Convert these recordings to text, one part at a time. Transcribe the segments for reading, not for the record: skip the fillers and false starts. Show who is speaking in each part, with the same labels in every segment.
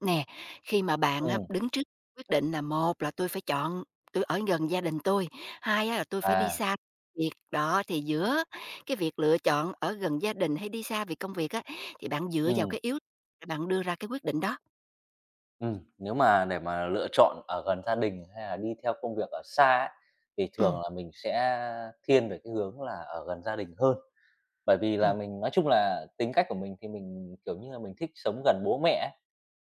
Speaker 1: Nè, khi mà bạn á,
Speaker 2: Ừm,
Speaker 1: đứng trước quyết định là một là tôi phải chọn tôi ở gần gia đình tôi, hai á, là tôi phải đi
Speaker 2: à,
Speaker 1: xa việc. Đó, thì giữa cái việc lựa chọn ở gần gia đình hay đi xa vì công việc á, thì bạn dựa vào
Speaker 2: ừm,
Speaker 1: cái yếu để bạn đưa ra cái quyết định đó.
Speaker 2: nếu mà để mà lựa chọn ở gần gia đình hay là đi theo công việc ở xa ấy, thì
Speaker 1: Ừ,
Speaker 2: thường là mình sẽ thiên về cái hướng là ở gần gia đình hơn. Bởi vì là
Speaker 1: ừ.
Speaker 2: mình nói chung là tính cách của mình thì mình, kiểu như là, mình thích sống gần bố mẹ ấy.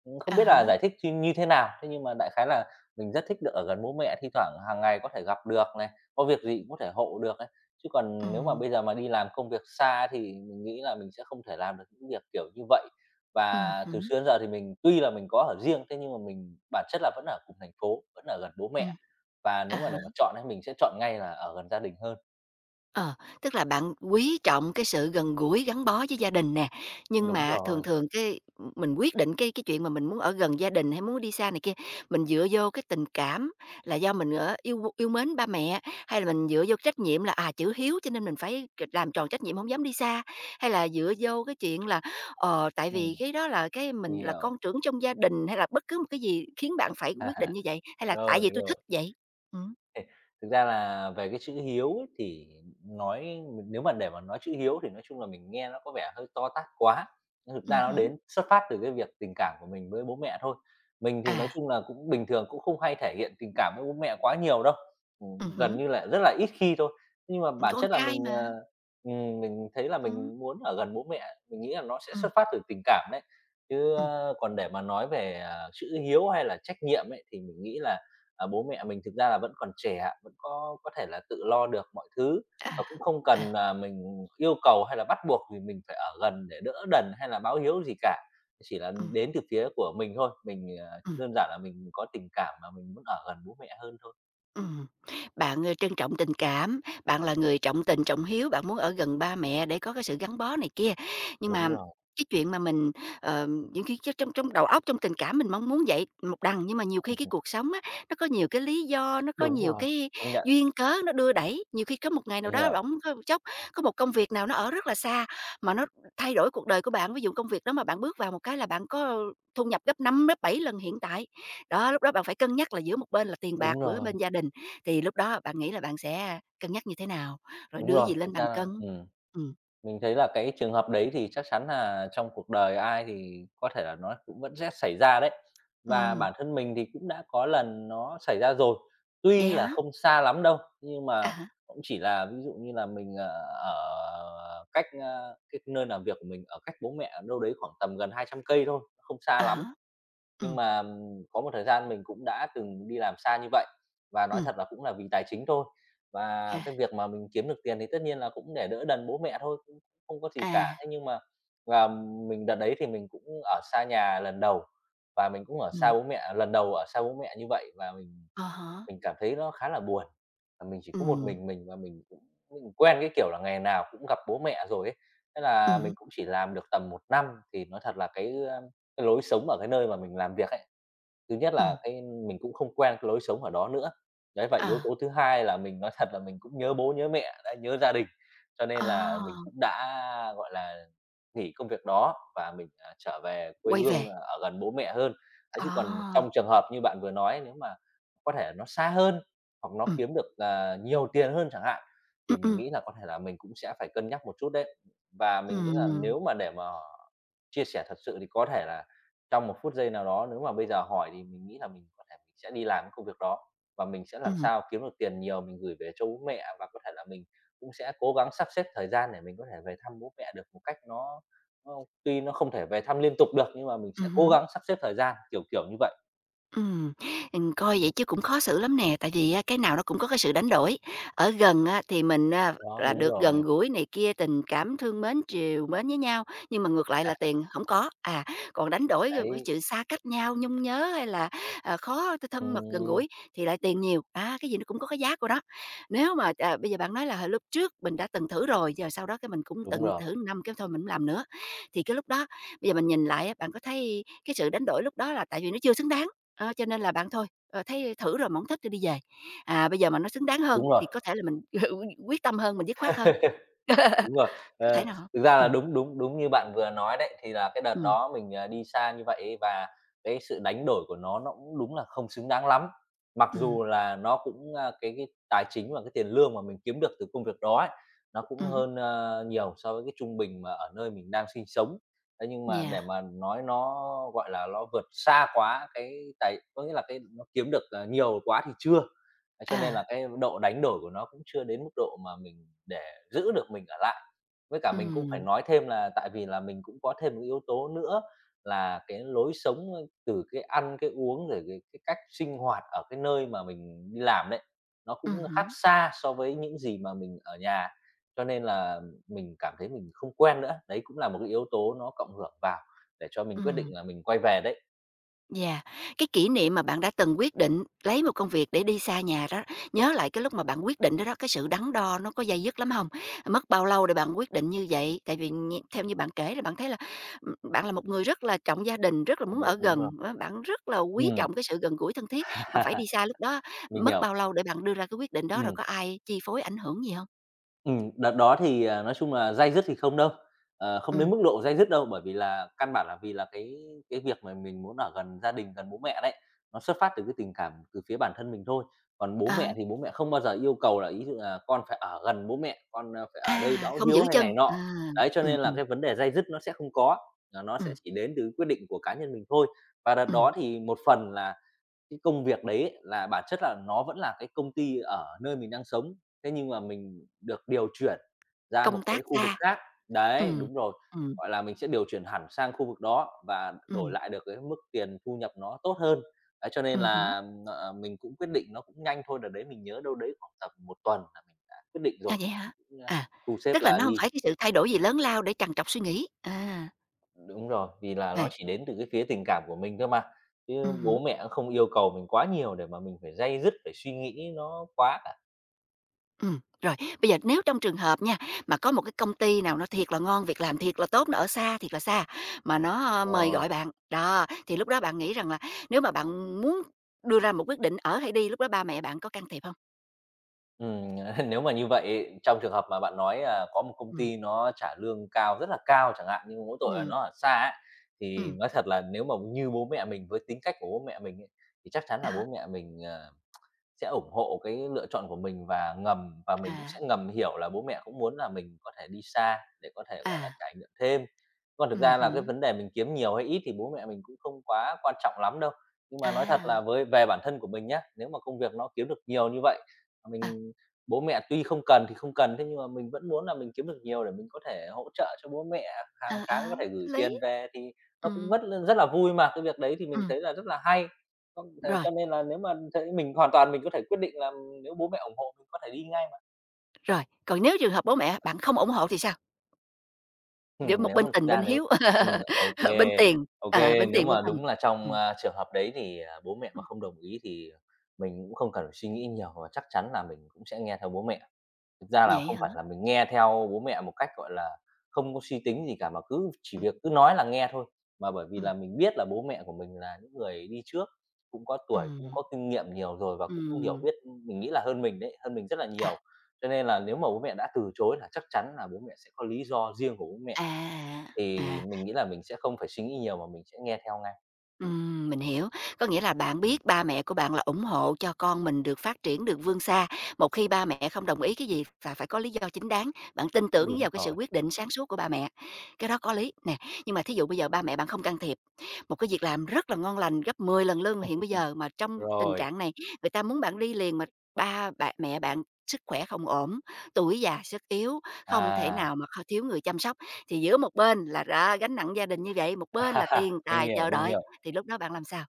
Speaker 2: Không
Speaker 1: À
Speaker 2: biết là
Speaker 1: há.
Speaker 2: giải thích như như thế nào, thế nhưng mà đại khái là mình rất thích được ở gần bố mẹ, thi thoảng hàng ngày có thể gặp được này, có việc gì cũng có thể hộ được ấy. Chứ
Speaker 1: Ừ.
Speaker 2: còn nếu mà bây giờ mà đi làm công việc xa thì mình nghĩ là mình sẽ không thể làm được những việc kiểu như vậy.
Speaker 1: Ừm
Speaker 2: Và từ
Speaker 1: hứm.
Speaker 2: xưa đến giờ thì mình tuy là mình có ở riêng, thế nhưng mà mình bản chất là vẫn ở cùng thành phố, vẫn ở gần bố
Speaker 1: Ừm.
Speaker 2: mẹ. Và
Speaker 1: À
Speaker 2: nếu mà
Speaker 1: há.
Speaker 2: để mà chọn thì mình sẽ chọn ngay là ở gần gia đình hơn.
Speaker 1: Ờ, tức là bạn quý trọng cái sự gần gũi, gắn bó với gia đình nè, nhưng
Speaker 2: Đúng
Speaker 1: mà thường
Speaker 2: rồi,
Speaker 1: thường cái mình quyết định cái chuyện mà mình muốn ở gần gia đình hay muốn đi xa này kia, mình dựa vô cái tình cảm là do mình ở yêu yêu mến ba mẹ, hay là mình dựa vô trách nhiệm là, chữ hiếu cho nên mình phải làm tròn trách nhiệm không dám đi xa, hay là dựa vô cái chuyện là, tại vì
Speaker 2: ừm,
Speaker 1: cái đó là cái mình
Speaker 2: mình
Speaker 1: là con
Speaker 2: hiểu.
Speaker 1: trưởng trong gia đình, hay là bất cứ một cái gì khiến bạn phải quyết định như vậy, hay là tại vì
Speaker 2: Rồi,
Speaker 1: tôi
Speaker 2: rồi.
Speaker 1: thích vậy? Ừm.
Speaker 2: Thực ra là về cái chữ hiếu ấy thì nói nếu mà để mà nói chữ hiếu thì nói chung là mình nghe nó có vẻ hơi to tát quá, nhưng thực
Speaker 1: Ừm
Speaker 2: ra nó
Speaker 1: hứm.
Speaker 2: đến xuất phát từ cái việc tình cảm của mình với bố mẹ thôi. Mình thì nói
Speaker 1: À.
Speaker 2: chung là cũng bình thường, cũng không hay thể hiện tình cảm với bố mẹ quá nhiều đâu,
Speaker 1: Ừm
Speaker 2: gần
Speaker 1: hứm.
Speaker 2: như là rất là ít khi thôi. Nhưng mà bản
Speaker 1: Con
Speaker 2: chất là
Speaker 1: trai
Speaker 2: mình,
Speaker 1: mà.
Speaker 2: mình thấy là
Speaker 1: Ừm.
Speaker 2: mình muốn ở gần bố mẹ, mình nghĩ là nó sẽ
Speaker 1: Ừm.
Speaker 2: xuất phát từ tình cảm đấy. Chứ,
Speaker 1: Ừm.
Speaker 2: còn để mà nói về, chữ hiếu hay là trách nhiệm ấy thì mình nghĩ là bố mẹ mình thực ra là vẫn còn trẻ vẫn có thể là tự lo được mọi thứ
Speaker 1: À.
Speaker 2: và cũng không
Speaker 1: À.
Speaker 2: cần là mình yêu cầu hay là bắt buộc vì mình phải ở gần để đỡ đần hay là báo hiếu gì cả. Chỉ là
Speaker 1: Ừm.
Speaker 2: đến từ phía của mình thôi, mình,
Speaker 1: Ừm.
Speaker 2: đơn giản là mình có tình cảm mà mình muốn ở gần bố mẹ hơn thôi.
Speaker 1: Ừm. Bạn, trân trọng tình cảm, bạn là người trọng tình, trọng hiếu, bạn muốn ở gần ba mẹ để có cái sự gắn bó này kia. Nhưng mà
Speaker 2: Đúng rồi,
Speaker 1: cái chuyện mà mình, ờ, những khi chắc trong trong đầu óc, trong tình cảm mình mong muốn vậy một đằng, nhưng mà nhiều khi cái cuộc sống á, nó có nhiều cái lý do, nó có
Speaker 2: đúng
Speaker 1: nhiều
Speaker 2: rồi,
Speaker 1: cái
Speaker 2: công nhận,
Speaker 1: duyên cớ nó đưa đẩy. Nhiều khi có một ngày nào
Speaker 2: mình
Speaker 1: đó
Speaker 2: hiểu.
Speaker 1: bỗng có chốc có một công việc nào nó ở rất là xa mà nó thay đổi cuộc đời của bạn. Ví dụ công việc đó mà bạn bước vào một cái là bạn có thu nhập gấp 5 gấp 7 lần hiện tại. Đó, lúc đó bạn phải cân nhắc là giữa một bên là tiền bạc,
Speaker 2: Đúng
Speaker 1: bữa
Speaker 2: rồi,
Speaker 1: bên gia đình, thì lúc đó bạn nghĩ là bạn sẽ cân nhắc như thế nào? Rồi
Speaker 2: đúng
Speaker 1: đưa
Speaker 2: rồi,
Speaker 1: gì lên
Speaker 2: thực
Speaker 1: bàn
Speaker 2: ra là
Speaker 1: cân?
Speaker 2: ừm.
Speaker 1: Ừm.
Speaker 2: Mình thấy là cái trường hợp đấy thì chắc chắn là trong cuộc đời ai thì có thể là nó cũng vẫn sẽ xảy ra đấy. Và
Speaker 1: Ừm.
Speaker 2: bản thân mình thì cũng đã có lần nó xảy ra rồi,
Speaker 1: Vậy
Speaker 2: tuy là
Speaker 1: hả?
Speaker 2: không xa lắm đâu, nhưng
Speaker 1: À
Speaker 2: mà
Speaker 1: há.
Speaker 2: cũng chỉ là ví dụ như là mình, ở cách, cái nơi làm việc của mình ở cách bố mẹ đâu đấy khoảng tầm gần 200 cây thôi, không xa
Speaker 1: À há.
Speaker 2: lắm. Nhưng
Speaker 1: Ừm.
Speaker 2: mà, có một thời gian mình cũng đã từng đi làm xa như vậy, và nói
Speaker 1: Ừm.
Speaker 2: thật là cũng là vì tài chính thôi. Và
Speaker 1: À.
Speaker 2: cái việc mà mình kiếm được tiền thì tất nhiên là cũng để đỡ đần bố mẹ thôi, cũng không có gì cả.
Speaker 1: À.
Speaker 2: Thế nhưng mà là mình đợt đấy thì mình cũng ở xa nhà lần đầu, và mình cũng ở
Speaker 1: Ừm.
Speaker 2: xa bố mẹ à, lần đầu ở xa bố mẹ như vậy, và mình
Speaker 1: À há.
Speaker 2: mình cảm thấy nó khá là buồn. Và mình chỉ có một
Speaker 1: Ừm.
Speaker 2: mình và mình cũng mình quen cái kiểu là ngày nào cũng gặp bố mẹ rồi ấy. Thế là
Speaker 1: Ừm hứm.
Speaker 2: mình cũng chỉ làm được tầm một năm thì nói thật là cái, cái lối sống ở cái nơi mà mình làm việc ấy Thứ nhất
Speaker 1: Ừm.
Speaker 2: là cái mình cũng không quen cái lối sống ở đó nữa. Đấy, và yếu
Speaker 1: Ờ.
Speaker 2: tố thứ hai là mình nói thật là mình cũng nhớ bố, nhớ mẹ, đã nhớ gia đình, cho nên là mình
Speaker 1: À.
Speaker 2: cũng đã, gọi là, nghỉ công việc đó và mình, trở về quê
Speaker 1: Quay
Speaker 2: hương,
Speaker 1: về.
Speaker 2: ở gần bố mẹ hơn. Ấy, chứ còn
Speaker 1: À.
Speaker 2: trong trường hợp như bạn vừa nói, nếu mà có thể nó xa hơn hoặc nó
Speaker 1: Ừm.
Speaker 2: kiếm được, nhiều tiền hơn chẳng hạn,
Speaker 1: Ừm.
Speaker 2: thì mình
Speaker 1: Ừm.
Speaker 2: nghĩ là có thể là mình cũng sẽ phải cân nhắc một chút đấy. Và mình nghĩ là
Speaker 1: Ừm.
Speaker 2: nếu mà để mà chia sẻ thật sự thì có thể là trong một phút giây nào đó nếu mà bây giờ hỏi thì mình nghĩ là mình có thể mình sẽ đi làm cái công việc đó và mình sẽ làm
Speaker 1: Ừm.
Speaker 2: sao kiếm được tiền nhiều mình gửi về cho bố mẹ và có thể là mình cũng sẽ cố gắng sắp xếp thời gian để mình có thể về thăm bố mẹ được một cách nó tuy nó không thể về thăm liên tục được nhưng mà mình sẽ cố
Speaker 1: Ừm.
Speaker 2: gắng sắp xếp thời gian, kiểu như vậy.
Speaker 1: Ừm. Ừm, coi vậy chứ cũng khó xử lắm nè, tại vì á cái nào nó cũng có cái sự đánh đổi. Ở gần á thì mình,
Speaker 2: Đó,
Speaker 1: là
Speaker 2: đúng
Speaker 1: được gần
Speaker 2: rồi.
Speaker 1: gũi này kia, tình cảm thương mến, trìu mến với nhau, nhưng mà ngược lại là tiền không có. À, còn đánh đổi vô cái
Speaker 2: Đấy,
Speaker 1: chuyện xa cách nhau, nhung nhớ hay là, khó thân mật gần
Speaker 2: ừm,
Speaker 1: gũi thì lại tiền nhiều. À, cái gì nó cũng có cái giá của nó. Nếu mà, bây giờ bạn nói là hồi lúc trước mình đã từng thử rồi, giờ sau đó cái mình cũng
Speaker 2: đúng
Speaker 1: từng
Speaker 2: rồi,
Speaker 1: thử năm cái thôi mình hổng làm nữa, thì cái lúc đó bây giờ mình nhìn lại á, bạn có thấy cái sự đánh đổi lúc đó là tại vì nó chưa xứng đáng? Ờ, cho nên là bạn thôi, thấy thử rồi mà hổng thích thì đi về. À, bây giờ mà nó xứng đáng hơn
Speaker 2: đúng rồi.
Speaker 1: thì có thể là mình quyết tâm hơn, mình dứt khoát hơn.
Speaker 2: Đúng rồi,
Speaker 1: Có thể
Speaker 2: ờ,
Speaker 1: nào không?
Speaker 2: thực ra là
Speaker 1: Ừ.
Speaker 2: đúng đúng đúng như bạn vừa nói đấy, thì là cái đợt
Speaker 1: Ừ.
Speaker 2: đó mình, đi xa như vậy ấy và cái sự đánh đổi của nó cũng đúng là không xứng đáng lắm. Mặc
Speaker 1: Ừ.
Speaker 2: dù là nó cũng, cái tài chính và cái tiền lương mà mình kiếm được từ công việc đó ấy, nó cũng
Speaker 1: Ừm.
Speaker 2: hơn, nhiều so với cái trung bình mà ở nơi mình đang sinh sống. Thế nhưng mà
Speaker 1: Yeah.
Speaker 2: để mà nói nó, gọi là, nó vượt xa quá cái tài có nghĩa là cái nó kiếm được, nhiều quá thì chưa. Thế cho nên là
Speaker 1: À.
Speaker 2: cái độ đánh đổi của nó cũng chưa đến mức độ mà mình để giữ được mình ở lại. Với cả mình cũng phải
Speaker 1: Ừ.
Speaker 2: nói thêm là tại vì là mình cũng có thêm một yếu tố nữa là cái lối sống, từ cái ăn, cái uống, rồi cái cách sinh hoạt ở cái nơi mà mình đi làm đấy, nó
Speaker 1: Ừ
Speaker 2: cũng khác
Speaker 1: hứm.
Speaker 2: xa so với những gì mà mình ở nhà, cho nên là mình cảm thấy mình không quen nữa. Đấy cũng là một cái yếu tố nó cộng hưởng vào để cho mình quyết định là mình quay về đấy.
Speaker 1: Dạ, cái kỷ niệm mà bạn đã từng quyết định lấy một công việc để đi xa nhà đó, nhớ lại cái lúc mà bạn quyết định đó đó, cái sự đắn đo nó có day dứt lắm không? Mất bao lâu để bạn quyết định như vậy? Tại vì theo như bạn kể là bạn thấy là, bạn là một người rất là trọng gia đình, rất là
Speaker 2: Đúng
Speaker 1: muốn ở
Speaker 2: rồi, đúng
Speaker 1: gần,
Speaker 2: rồi.
Speaker 1: á, bạn rất là quý
Speaker 2: Ừm,
Speaker 1: trọng cái sự gần gũi thân thiết, mà phải đi xa lúc đó
Speaker 2: mình
Speaker 1: mất
Speaker 2: hiểu.
Speaker 1: bao lâu để bạn đưa ra cái quyết định đó, rồi
Speaker 2: Ừm.
Speaker 1: có ai chi phối ảnh hưởng gì không?
Speaker 2: Đợt đó thì, nói chung là day dứt thì không đâu, không đến
Speaker 1: Ừm.
Speaker 2: mức độ day dứt đâu, bởi vì là căn bản là vì là cái việc mà mình muốn ở gần gia đình, gần bố mẹ đấy, nó xuất phát từ cái tình cảm từ phía bản thân mình thôi. Còn bố
Speaker 1: Ờ.
Speaker 2: mẹ thì bố mẹ không bao giờ yêu cầu là, ý dụ là "Con phải ở gần bố mẹ, con, phải ở đây
Speaker 1: À,
Speaker 2: báo
Speaker 1: không
Speaker 2: hiếu"
Speaker 1: giữ
Speaker 2: hay
Speaker 1: chân,
Speaker 2: này
Speaker 1: à.
Speaker 2: nọ. Đấy, cho
Speaker 1: Ừm.
Speaker 2: nên là
Speaker 1: Ừm.
Speaker 2: cái vấn đề day dứt nó sẽ không có, là nó sẽ
Speaker 1: Ừm.
Speaker 2: chỉ đến từ quyết định của cá nhân mình thôi. Và đợt
Speaker 1: Ừm.
Speaker 2: đó thì một phần là cái công việc đấy là bản chất là nó vẫn là cái công ty ở nơi mình đang sống, thế nhưng mà mình được điều chuyển ra một
Speaker 1: Công tác
Speaker 2: cái khu vực
Speaker 1: xa.
Speaker 2: khác. Đấy,
Speaker 1: Ừm.
Speaker 2: đúng rồi,
Speaker 1: Ừm.
Speaker 2: gọi là, mình sẽ điều chuyển hẳn sang khu vực đó và đổi
Speaker 1: Ừm.
Speaker 2: lại được cái mức tiền thu nhập nó tốt hơn. Đấy, cho nên
Speaker 1: Ừm.
Speaker 2: là, mình cũng quyết định nó cũng nhanh thôi, đợt đấy mình nhớ đâu đấy khoảng tầm một tuần là mình đã quyết định
Speaker 1: À,
Speaker 2: rồi
Speaker 1: vậy hả?
Speaker 2: mình cũng,
Speaker 1: À,
Speaker 2: thu xếp
Speaker 1: tức là
Speaker 2: là
Speaker 1: nó hông
Speaker 2: đi.
Speaker 1: phải cái sự thay đổi gì lớn lao để trằn trọc suy nghĩ, à.
Speaker 2: Đúng rồi, vì là
Speaker 1: À.
Speaker 2: nó chỉ đến từ cái phía tình cảm của mình thôi mà, chứ
Speaker 1: Ừm hứm.
Speaker 2: bố mẹ cũng không yêu cầu mình quá nhiều để mà mình phải day dứt, phải suy nghĩ nó quá cả.
Speaker 1: Ừm, rồi, bây giờ nếu trong trường hợp nha, mà có một cái công ty nào nó thiệt là ngon, việc làm thiệt là tốt, nó ở xa, thiệt là xa, mà nó, mời
Speaker 2: Rồi.
Speaker 1: gọi bạn, đó, thì lúc đó bạn nghĩ rằng là nếu mà bạn muốn đưa ra một quyết định ở hay đi, lúc đó ba mẹ bạn có can thiệp hông?
Speaker 2: Ừm, nếu mà như vậy trong trường hợp mà bạn nói là có một công
Speaker 1: Ừm.
Speaker 2: ty nó trả lương cao, rất là cao chẳng hạn, nhưng mà mỗi tội là
Speaker 1: Ừm.
Speaker 2: nó ở xa ấy, thì
Speaker 1: Ừm.
Speaker 2: nói thật là nếu mà như bố mẹ mình với tính cách của bố mẹ mình ấy, thì chắc chắn
Speaker 1: À
Speaker 2: là
Speaker 1: há.
Speaker 2: bố mẹ mình, sẽ ủng hộ cái lựa chọn của mình và mình cũng sẽ
Speaker 1: À.
Speaker 2: ngầm hiểu là bố mẹ cũng muốn là mình có thể đi xa để có thể, gọi là,
Speaker 1: À.
Speaker 2: trải nghiệm thêm. Còn thực
Speaker 1: Ừm
Speaker 2: ra là cái
Speaker 1: hứm.
Speaker 2: vấn đề mình kiếm nhiều hay ít thì bố mẹ mình cũng không quá quan trọng lắm đâu. Nhưng mà nói thật
Speaker 1: À.
Speaker 2: là với về bản thân của mình nhé, nếu mà công việc nó kiếm được nhiều như vậy, mà
Speaker 1: Ờ.
Speaker 2: mình bố mẹ tuy không cần thì không cần, thế nhưng mà mình vẫn muốn là mình kiếm được nhiều để mình có thể hỗ trợ cho bố mẹ, hàng
Speaker 1: Ờ. Ờ,
Speaker 2: tháng có thể gửi
Speaker 1: có lý.
Speaker 2: tiền về thì nó cũng
Speaker 1: Ừm.
Speaker 2: rất lên rất là vui mà. Cái việc đấy thì mình
Speaker 1: Ừm.
Speaker 2: thấy là rất là hay, không, thế
Speaker 1: Rồi.
Speaker 2: cho nên là nếu mà thế mình hoàn toàn mình có thể quyết định là nếu bố mẹ ủng hộ mình có thể đi ngay mà.
Speaker 1: Rồi, còn nếu trường hợp bố mẹ bạn không ủng hộ thì sao? Giữa một
Speaker 2: Nếu
Speaker 1: bên
Speaker 2: mà thực
Speaker 1: tình, bên
Speaker 2: ra nếu
Speaker 1: hiếu,
Speaker 2: ừm, ô
Speaker 1: bên
Speaker 2: kê,
Speaker 1: tiền,
Speaker 2: ô
Speaker 1: à,
Speaker 2: kê,
Speaker 1: bên
Speaker 2: nếu
Speaker 1: tiền, bên
Speaker 2: mà
Speaker 1: tình.
Speaker 2: đúng là trong,
Speaker 1: Ừm.
Speaker 2: trường hợp đấy thì, bố mẹ mà
Speaker 1: Ừm.
Speaker 2: không đồng ý thì mình cũng không cần phải suy nghĩ nhiều và chắc chắn là mình cũng sẽ nghe theo bố mẹ. Thực ra là
Speaker 1: Vậy
Speaker 2: không
Speaker 1: hả?
Speaker 2: phải là mình nghe theo bố mẹ một cách, gọi là, không có suy tính gì cả, mà cứ chỉ
Speaker 1: Ừm.
Speaker 2: việc cứ nói là nghe thôi. Mà bởi vì
Speaker 1: Ừm.
Speaker 2: là mình biết là bố mẹ của mình là những người đi trước, cũng có tuổi, cũng
Speaker 1: Ừm.
Speaker 2: có kinh nghiệm nhiều rồi và cũng hiểu
Speaker 1: Ừm.
Speaker 2: biết, mình nghĩ là hơn mình đấy, hơn mình rất là
Speaker 1: À.
Speaker 2: nhiều. Cho nên là nếu mà bố mẹ đã từ chối là chắc chắn là bố mẹ sẽ có lý do riêng của bố mẹ,
Speaker 1: À. À.
Speaker 2: thì mình nghĩ là mình sẽ không phải suy nghĩ nhiều mà mình sẽ nghe theo ngay.
Speaker 1: Ừm, mình hiểu. Có nghĩa là bạn biết ba mẹ của bạn là ủng hộ cho con mình được phát triển, được vươn xa. Một khi ba mẹ không đồng ý cái gì và phải có lý do chính đáng, bạn tin tưởng
Speaker 2: Đúng
Speaker 1: vào cái sự
Speaker 2: rồi.
Speaker 1: quyết định sáng suốt của ba mẹ. Cái đó có lý nè, nhưng mà thí dụ bây giờ ba mẹ bạn không can thiệp. Một cái việc làm rất là ngon lành, gấp 10 lần lương hiện bây giờ, mà trong tình
Speaker 2: Rồi,
Speaker 1: trạng này người ta muốn bạn đi liền mà ba bạn mẹ bạn sức khỏe không ổn, tuổi già sức yếu, không thể
Speaker 2: à,
Speaker 1: nào mà thiếu người chăm sóc. Thì giữa một bên là ra gánh nặng gia đình như vậy, một bên là tiền
Speaker 2: mình
Speaker 1: tài
Speaker 2: hiểu,
Speaker 1: chờ
Speaker 2: mình
Speaker 1: đợi,
Speaker 2: hiểu.
Speaker 1: thì lúc đó bạn làm sao?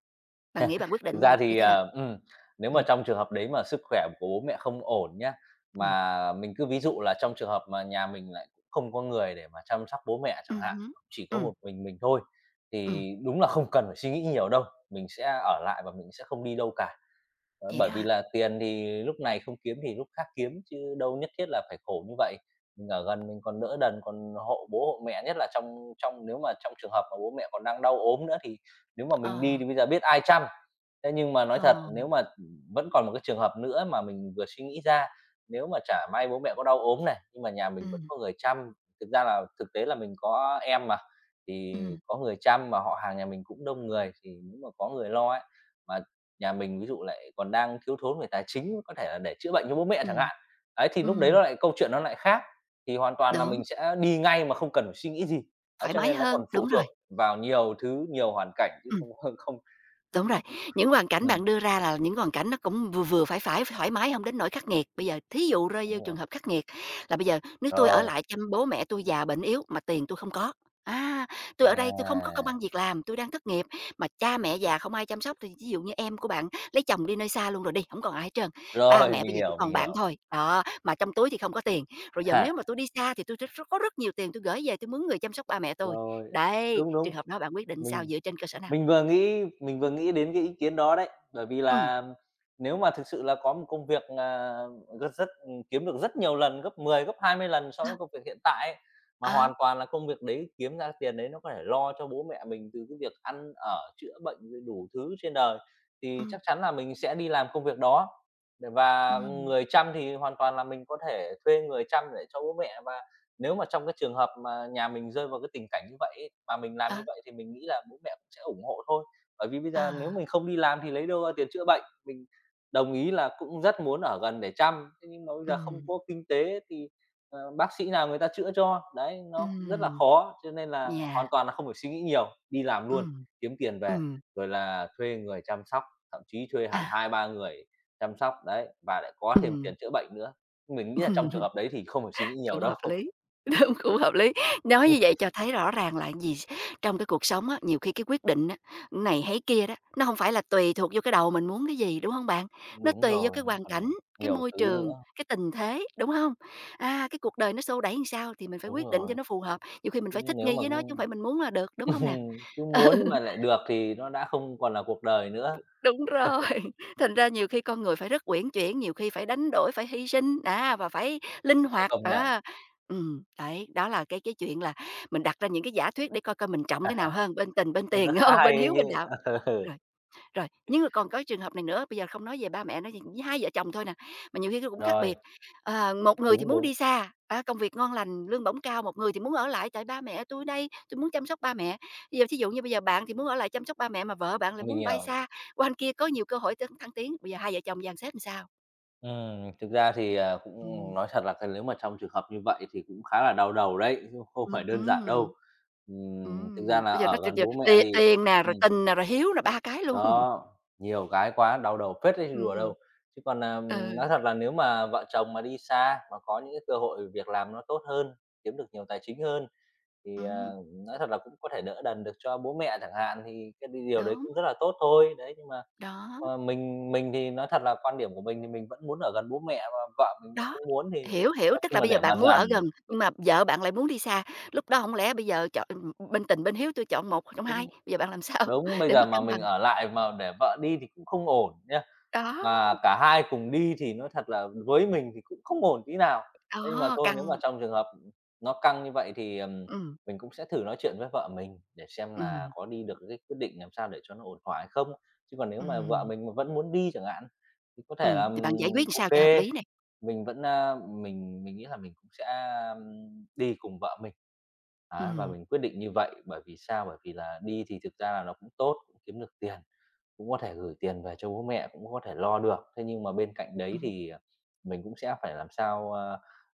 Speaker 1: Bạn nghĩ bạn quyết định
Speaker 2: Thực ra
Speaker 1: như
Speaker 2: thì,
Speaker 1: thế nào?
Speaker 2: nếu mà
Speaker 1: Ừm.
Speaker 2: trong trường hợp đấy mà sức khỏe của bố mẹ không ổn nhá,
Speaker 1: Ừm.
Speaker 2: mà mình cứ ví dụ là trong trường hợp mà nhà mình lại cũng không có người để mà chăm sóc bố mẹ chẳng
Speaker 1: Ừm
Speaker 2: hạn,
Speaker 1: hứm.
Speaker 2: chỉ có
Speaker 1: Ừm.
Speaker 2: một mình thôi,
Speaker 1: Ừm.
Speaker 2: thì đúng là không cần phải suy nghĩ nhiều đâu, mình sẽ ở lại và mình sẽ không đi đâu cả. Ờ,
Speaker 1: Vậy đó
Speaker 2: bởi vì
Speaker 1: hả?
Speaker 2: là tiền thì lúc này không kiếm thì lúc khác kiếm, chứ đâu nhất thiết là phải khổ như vậy. Mình ở gần mình còn đỡ đần, còn hộ bố hộ mẹ, nhất là trong trong nếu mà trong trường hợp mà bố mẹ còn đang đau ốm nữa thì nếu mà mình đi
Speaker 1: Ờ.
Speaker 2: thì bây giờ biết ai chăm. Thế nhưng mà nói
Speaker 1: Ờ.
Speaker 2: thật, nếu mà, vẫn còn một cái trường hợp nữa mà mình vừa suy nghĩ ra, nếu mà chả may bố mẹ có đau ốm này, nhưng mà nhà mình vẫn
Speaker 1: Ừm.
Speaker 2: có người chăm, thực ra là thực tế là mình có em mà, thì
Speaker 1: Ừm.
Speaker 2: có người chăm mà họ hàng nhà mình cũng đông người, thì nếu mà có người lo ấy, mà nhà mình ví dụ lại còn đang thiếu thốn về tài chính, có thể là để chữa bệnh cho bố mẹ chẳng
Speaker 1: Ừm.
Speaker 2: hạn. Ấy, thì lúc đấy
Speaker 1: Ừm.
Speaker 2: nó lại câu chuyện nó lại khác, thì hoàn toàn là
Speaker 1: Đúng,
Speaker 2: mình sẽ đi ngay mà không cần phải suy nghĩ gì. Ấy,
Speaker 1: thoải
Speaker 2: cho
Speaker 1: mái
Speaker 2: nên nó
Speaker 1: hơn,
Speaker 2: còn
Speaker 1: đúng
Speaker 2: phụ
Speaker 1: rồi.
Speaker 2: thuộc vào nhiều thứ, nhiều hoàn cảnh chứ
Speaker 1: Ừm.
Speaker 2: không không không
Speaker 1: Đúng rồi,
Speaker 2: không
Speaker 1: những hoàn cảnh
Speaker 2: Ừm,
Speaker 1: bạn đưa ra là những hoàn cảnh nó cũng vừa vừa, phải phải, thoải mái, không đến nỗi khắc nghiệt. Bây giờ thí dụ rơi vô
Speaker 2: đúng
Speaker 1: trường
Speaker 2: rồi.
Speaker 1: hợp khắc nghiệt là bây giờ nếu tôi ở
Speaker 2: Rồi,
Speaker 1: lại chăm bố mẹ tôi già bệnh yếu mà tiền tôi không có, à tôi ở đây tôi không có
Speaker 2: à,
Speaker 1: công ăn việc làm, tôi đang thất nghiệp, mà cha mẹ già không ai chăm sóc thì ví dụ như em của bạn lấy chồng đi nơi xa luôn rồi đi, không còn ai hết trơn, ba
Speaker 2: rồi,
Speaker 1: mẹ bây
Speaker 2: mình
Speaker 1: giờ chỉ
Speaker 2: hiểu,
Speaker 1: còn
Speaker 2: mình
Speaker 1: bạn
Speaker 2: hiểu.
Speaker 1: thôi. Đó, mà trong túi thì không có tiền, rồi giờ
Speaker 2: Ha.
Speaker 1: nếu mà tôi đi xa thì tôi rất có rất nhiều tiền tôi gửi về tôi mướn người chăm sóc ba mẹ tôi.
Speaker 2: Rồi,
Speaker 1: Đấy,
Speaker 2: đúng,
Speaker 1: trường
Speaker 2: đúng.
Speaker 1: hợp đó bạn quyết định sao,
Speaker 2: Mình
Speaker 1: dựa trên cơ sở nào?
Speaker 2: Mình vừa nghĩ mình vừa nghĩ đến cái ý kiến đó đấy, bởi vì
Speaker 1: Ừ.
Speaker 2: là nếu mà thực sự là có một công việc, à, rất rất ừ, kiếm được rất nhiều lần, gấp 10 gấp 20 lần so với công việc hiện tại ấy, mà
Speaker 1: Ờ.
Speaker 2: hoàn toàn là công việc đấy kiếm ra tiền đấy nó có thể lo cho bố mẹ mình từ cái việc ăn ở, chữa bệnh rồi đủ thứ trên đời, thì
Speaker 1: Ừm.
Speaker 2: chắc chắn là mình sẽ đi làm công việc đó. Để và
Speaker 1: Ừm.
Speaker 2: người chăm thì hoàn toàn là mình có thể thuê người chăm để cho bố mẹ và nếu mà trong cái trường hợp mà nhà mình rơi vào cái tình cảnh như vậy ấy, mà mình làm như
Speaker 1: Ờ.
Speaker 2: vậy thì mình nghĩ là bố mẹ cũng sẽ ủng hộ thôi. Bởi vì bây giờ nếu
Speaker 1: À.
Speaker 2: mình không đi làm thì lấy đâu ra tiền chữa bệnh, mình đồng ý là cũng rất muốn ở gần để chăm, thế nhưng mà bây giờ không
Speaker 1: Ừm.
Speaker 2: có kinh tế thì, ờ, bác sĩ nào người ta chữa cho, đấy, nó cũng rất là
Speaker 1: Ừm.
Speaker 2: khó. Cho nên là
Speaker 1: Yeah.
Speaker 2: hoàn toàn là không phải suy nghĩ nhiều, đi làm luôn,
Speaker 1: Ừm.
Speaker 2: kiếm tiền về,
Speaker 1: Ừm.
Speaker 2: rồi là thuê người chăm sóc, thậm chí thuê hẳn
Speaker 1: À.
Speaker 2: hai ba người chăm sóc, đấy, và lại có thêm
Speaker 1: Ừm.
Speaker 2: tiền chữa bệnh nữa. Mình nghĩ là trong trường hợp đấy thì không phải suy nghĩ nhiều
Speaker 1: Cũng
Speaker 2: đâu.
Speaker 1: hợp lý. Đúng, cũng hợp lý. Nói như vậy cho thấy rõ ràng là gì? Trong cái cuộc sống á, nhiều khi cái quyết định á, này hay kia đó, nó hông phải là tùy thuộc vô cái đầu mình muốn cái gì, đúng hông bạn? Nó
Speaker 2: Đúng
Speaker 1: tùy vô
Speaker 2: rồi,
Speaker 1: cái
Speaker 2: nó
Speaker 1: hoàn
Speaker 2: còn
Speaker 1: cảnh, cái
Speaker 2: nhiều
Speaker 1: môi
Speaker 2: thứ
Speaker 1: trường,
Speaker 2: nữa.
Speaker 1: cái tình thế, đúng hông? À, cái cuộc đời nó xô đẩy làm sao thì mình phải
Speaker 2: Đúng
Speaker 1: quyết định cho
Speaker 2: rồi,
Speaker 1: nó phù hợp, nhiều khi mình
Speaker 2: chứ
Speaker 1: phải thích
Speaker 2: nếu
Speaker 1: nghi
Speaker 2: mà
Speaker 1: với
Speaker 2: cứ
Speaker 1: nó chứ hông phải mình muốn là được, đúng hông nè?
Speaker 2: cứ
Speaker 1: Ừ.
Speaker 2: muốn mà lại được thì nó đã không còn là cuộc đời nữa,
Speaker 1: Đúng rồi, thành ra nhiều khi con người phải rất uyển chuyển, nhiều khi phải đánh đổi, phải hy sinh, và phải linh
Speaker 2: cũng
Speaker 1: hoạt,
Speaker 2: công nhận.
Speaker 1: à. Đấy, đó là cái chuyện là mình đặt ra những cái giả thuyết để coi coi mình trọng cái nào hơn, bên tình, bên
Speaker 2: Cũng rất
Speaker 1: tiền,
Speaker 2: khá
Speaker 1: hông?
Speaker 2: hay
Speaker 1: Bên
Speaker 2: ấy
Speaker 1: hiếu, bên
Speaker 2: chứ.
Speaker 1: đạo. Rồi. Rồi, nhưng mà còn có trường hợp này nữa, bây giờ không nói về ba mẹ, nói về với hai vợ chồng thôi nè, mà nhiều khi nó cũng khác
Speaker 2: Rồi,
Speaker 1: biệt. Ờ, một người thì
Speaker 2: đúng,
Speaker 1: muốn
Speaker 2: đúng,
Speaker 1: đi xa, á, công việc ngon lành, lương bổng cao, một người thì muốn ở lại tại ba mẹ tôi đây, tôi muốn chăm sóc ba mẹ. Bây giờ thí dụ như bây giờ bạn thì muốn ở lại chăm sóc ba mẹ mà vợ bạn lại
Speaker 2: mình
Speaker 1: muốn bay
Speaker 2: hiểu.
Speaker 1: xa, qua bên kia có nhiều cơ hội thăng thăng tiến, bây giờ hai vợ chồng dàn xếp làm sao?
Speaker 2: Thực ra thì, cũng
Speaker 1: Ừm.
Speaker 2: nói thật là cái nếu mà trong trường hợp như vậy thì cũng khá là đau đầu đấy, chứ không phải đơn giản
Speaker 1: Ừm.
Speaker 2: đâu. Thực ra
Speaker 1: Ừm,
Speaker 2: là
Speaker 1: bây giờ nó
Speaker 2: ở
Speaker 1: từ
Speaker 2: gần
Speaker 1: giờ
Speaker 2: bố mẹ
Speaker 1: tiền
Speaker 2: thì
Speaker 1: tiền nè, rồi tình nè, rồi hiếu nè, ba cái luôn.
Speaker 2: đó, nhiều cái quá, đau đầu phết đấy chứ đùa
Speaker 1: Ừm.
Speaker 2: đâu. Chứ còn,
Speaker 1: Ừ.
Speaker 2: nói thật là nếu mà vợ chồng mà đi xa, mà có những cái cơ hội việc làm nó tốt hơn, kiếm được nhiều tài chính hơn thì,
Speaker 1: Ừm.
Speaker 2: nói thật là cũng có thể đỡ đần được cho bố mẹ chẳng hạn, thì cái đ điều đấy
Speaker 1: Đúng.
Speaker 2: cũng rất là tốt thôi. Đấy, nhưng mà,
Speaker 1: Đó.
Speaker 2: mình thì nói thật là quan điểm của mình thì mình vẫn muốn ở gần bố mẹ, mà vợ mình lại
Speaker 1: Đó,
Speaker 2: không muốn thì
Speaker 1: hiểu, hiểu,
Speaker 2: nói
Speaker 1: tức
Speaker 2: chung
Speaker 1: là
Speaker 2: là
Speaker 1: bây giờ
Speaker 2: để mà
Speaker 1: bạn muốn
Speaker 2: dằn
Speaker 1: ở gần, nhưng mà vợ bạn lại muốn đi xa, lúc đó không lẽ bây giờ chọn bên tình bên hiếu tôi chọn một trong hai,
Speaker 2: cũng
Speaker 1: bây giờ bạn làm sao
Speaker 2: đúng, bây
Speaker 1: để
Speaker 2: giờ
Speaker 1: mà
Speaker 2: mà
Speaker 1: cân
Speaker 2: mình
Speaker 1: bằng?
Speaker 2: ở lại mà để vợ đi thì cũng không ổn nhá.
Speaker 1: Đó.
Speaker 2: Mà cả hai cùng đi thì nói thật là với mình thì cũng không ổn tí nào. Thế nhưng mà
Speaker 1: Đó,
Speaker 2: thôi nếu mà
Speaker 1: căng.
Speaker 2: trong trường hợp, nó căng như vậy thì,
Speaker 1: Ừm.
Speaker 2: mình cũng sẽ thử nói chuyện với vợ mình để xem là
Speaker 1: Ừm.
Speaker 2: có đi được cái quyết định làm sao để cho nó ổn thỏa hay không. Chứ còn nếu mà vợ
Speaker 1: Ừm.
Speaker 2: mình mà vẫn muốn đi chẳng hạn, thì có thể là,
Speaker 1: Ừm, thì bạn giải quyết làm
Speaker 2: ô
Speaker 1: sao cho hợp lý này?
Speaker 2: mình vẫn, mình nghĩ là mình cũng sẽ, đi cùng vợ mình. Đấy, và
Speaker 1: Ừm.
Speaker 2: mình quyết định như vậy, bởi vì sao? Bởi vì là đi thì thực ra là nó cũng tốt, cũng kiếm được tiền, cũng có thể gửi tiền về cho bố mẹ, cũng có thể lo được. Thế nhưng mà bên cạnh đấy
Speaker 1: Ừm.
Speaker 2: thì, mình cũng sẽ phải làm sao,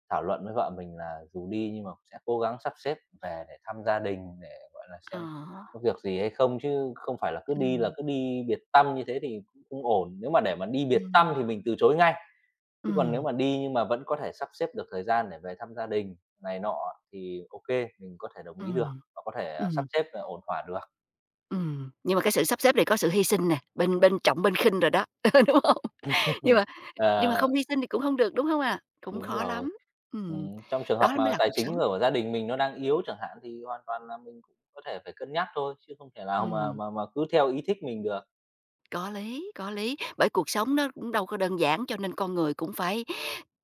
Speaker 2: thảo luận với vợ mình là dù đi nhưng mà cũng sẽ cố gắng sắp xếp về để thăm gia đình, để, gọi là,
Speaker 1: Ờ.
Speaker 2: xem có việc gì hay không, chứ không phải là
Speaker 1: Ừm.
Speaker 2: cứ đi biệt tâm như thế thì cũng không ổn. Nếu mà để mà đi biệt
Speaker 1: Ừm.
Speaker 2: tâm thì mình từ chối ngay. Chứ còn nếu
Speaker 1: Ừm.
Speaker 2: mà đi nhưng mà vẫn có thể sắp xếp được thời gian để về thăm gia đình này nọ thì ok mình có thể đồng ý được
Speaker 1: Ừm.
Speaker 2: và có thể, sắp
Speaker 1: Ừm.
Speaker 2: xếp, ổn thỏa được.
Speaker 1: Ừm, nhưng mà cái sự sắp xếp này có sự hy sinh nè, bên bên trọng bên khinh rồi đó, đúng không? Nhưng mà
Speaker 2: Ờ,
Speaker 1: không hy sinh thì cũng không được, đúng không à? Cũng
Speaker 2: đúng
Speaker 1: khó
Speaker 2: rồi.
Speaker 1: lắm. Ừm,
Speaker 2: Trong trường hợp
Speaker 1: đó mới
Speaker 2: mà
Speaker 1: là
Speaker 2: tài
Speaker 1: cuộc
Speaker 2: chính
Speaker 1: sống.
Speaker 2: của gia đình mình nó đang yếu chẳng hạn thì hoàn toàn là mình cũng có thể phải cân nhắc thôi, chứ không thể nào mà
Speaker 1: Ừm,
Speaker 2: mà cứ theo ý thích mình được.
Speaker 1: có lý, có lý. Bởi cuộc sống nó cũng đâu có đơn giản, cho nên con người cũng phải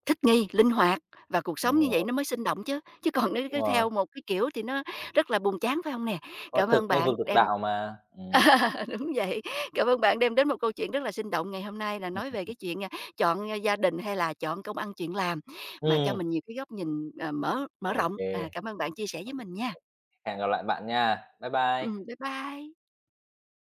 Speaker 1: thích nghi, linh hoạt và cuộc sống
Speaker 2: Đúng
Speaker 1: như vậy
Speaker 2: rồi,
Speaker 1: nó mới sinh động chứ. Chứ còn nếu
Speaker 2: đúng
Speaker 1: cứ
Speaker 2: rồi,
Speaker 1: theo một cái kiểu thì nó rất là buồn chán, phải không nè?
Speaker 2: có
Speaker 1: Cảm
Speaker 2: thực
Speaker 1: ơn
Speaker 2: mới vực
Speaker 1: bạn
Speaker 2: được
Speaker 1: đem
Speaker 2: đạo mà. Ừm.
Speaker 1: đúng vậy, cảm ơn bạn đem đến một câu chuyện rất là sinh động ngày hôm nay là nói về cái chuyện, chọn, gia đình hay là chọn công ăn chuyện làm, mà cho
Speaker 2: Ừm,
Speaker 1: mình nhiều cái góc nhìn, mở mở
Speaker 2: ô
Speaker 1: rộng.
Speaker 2: kê,
Speaker 1: À, cảm ơn bạn chia sẻ với mình nha.
Speaker 2: hẹn gặp lại bạn nha. Bye bye.
Speaker 1: Bye bye.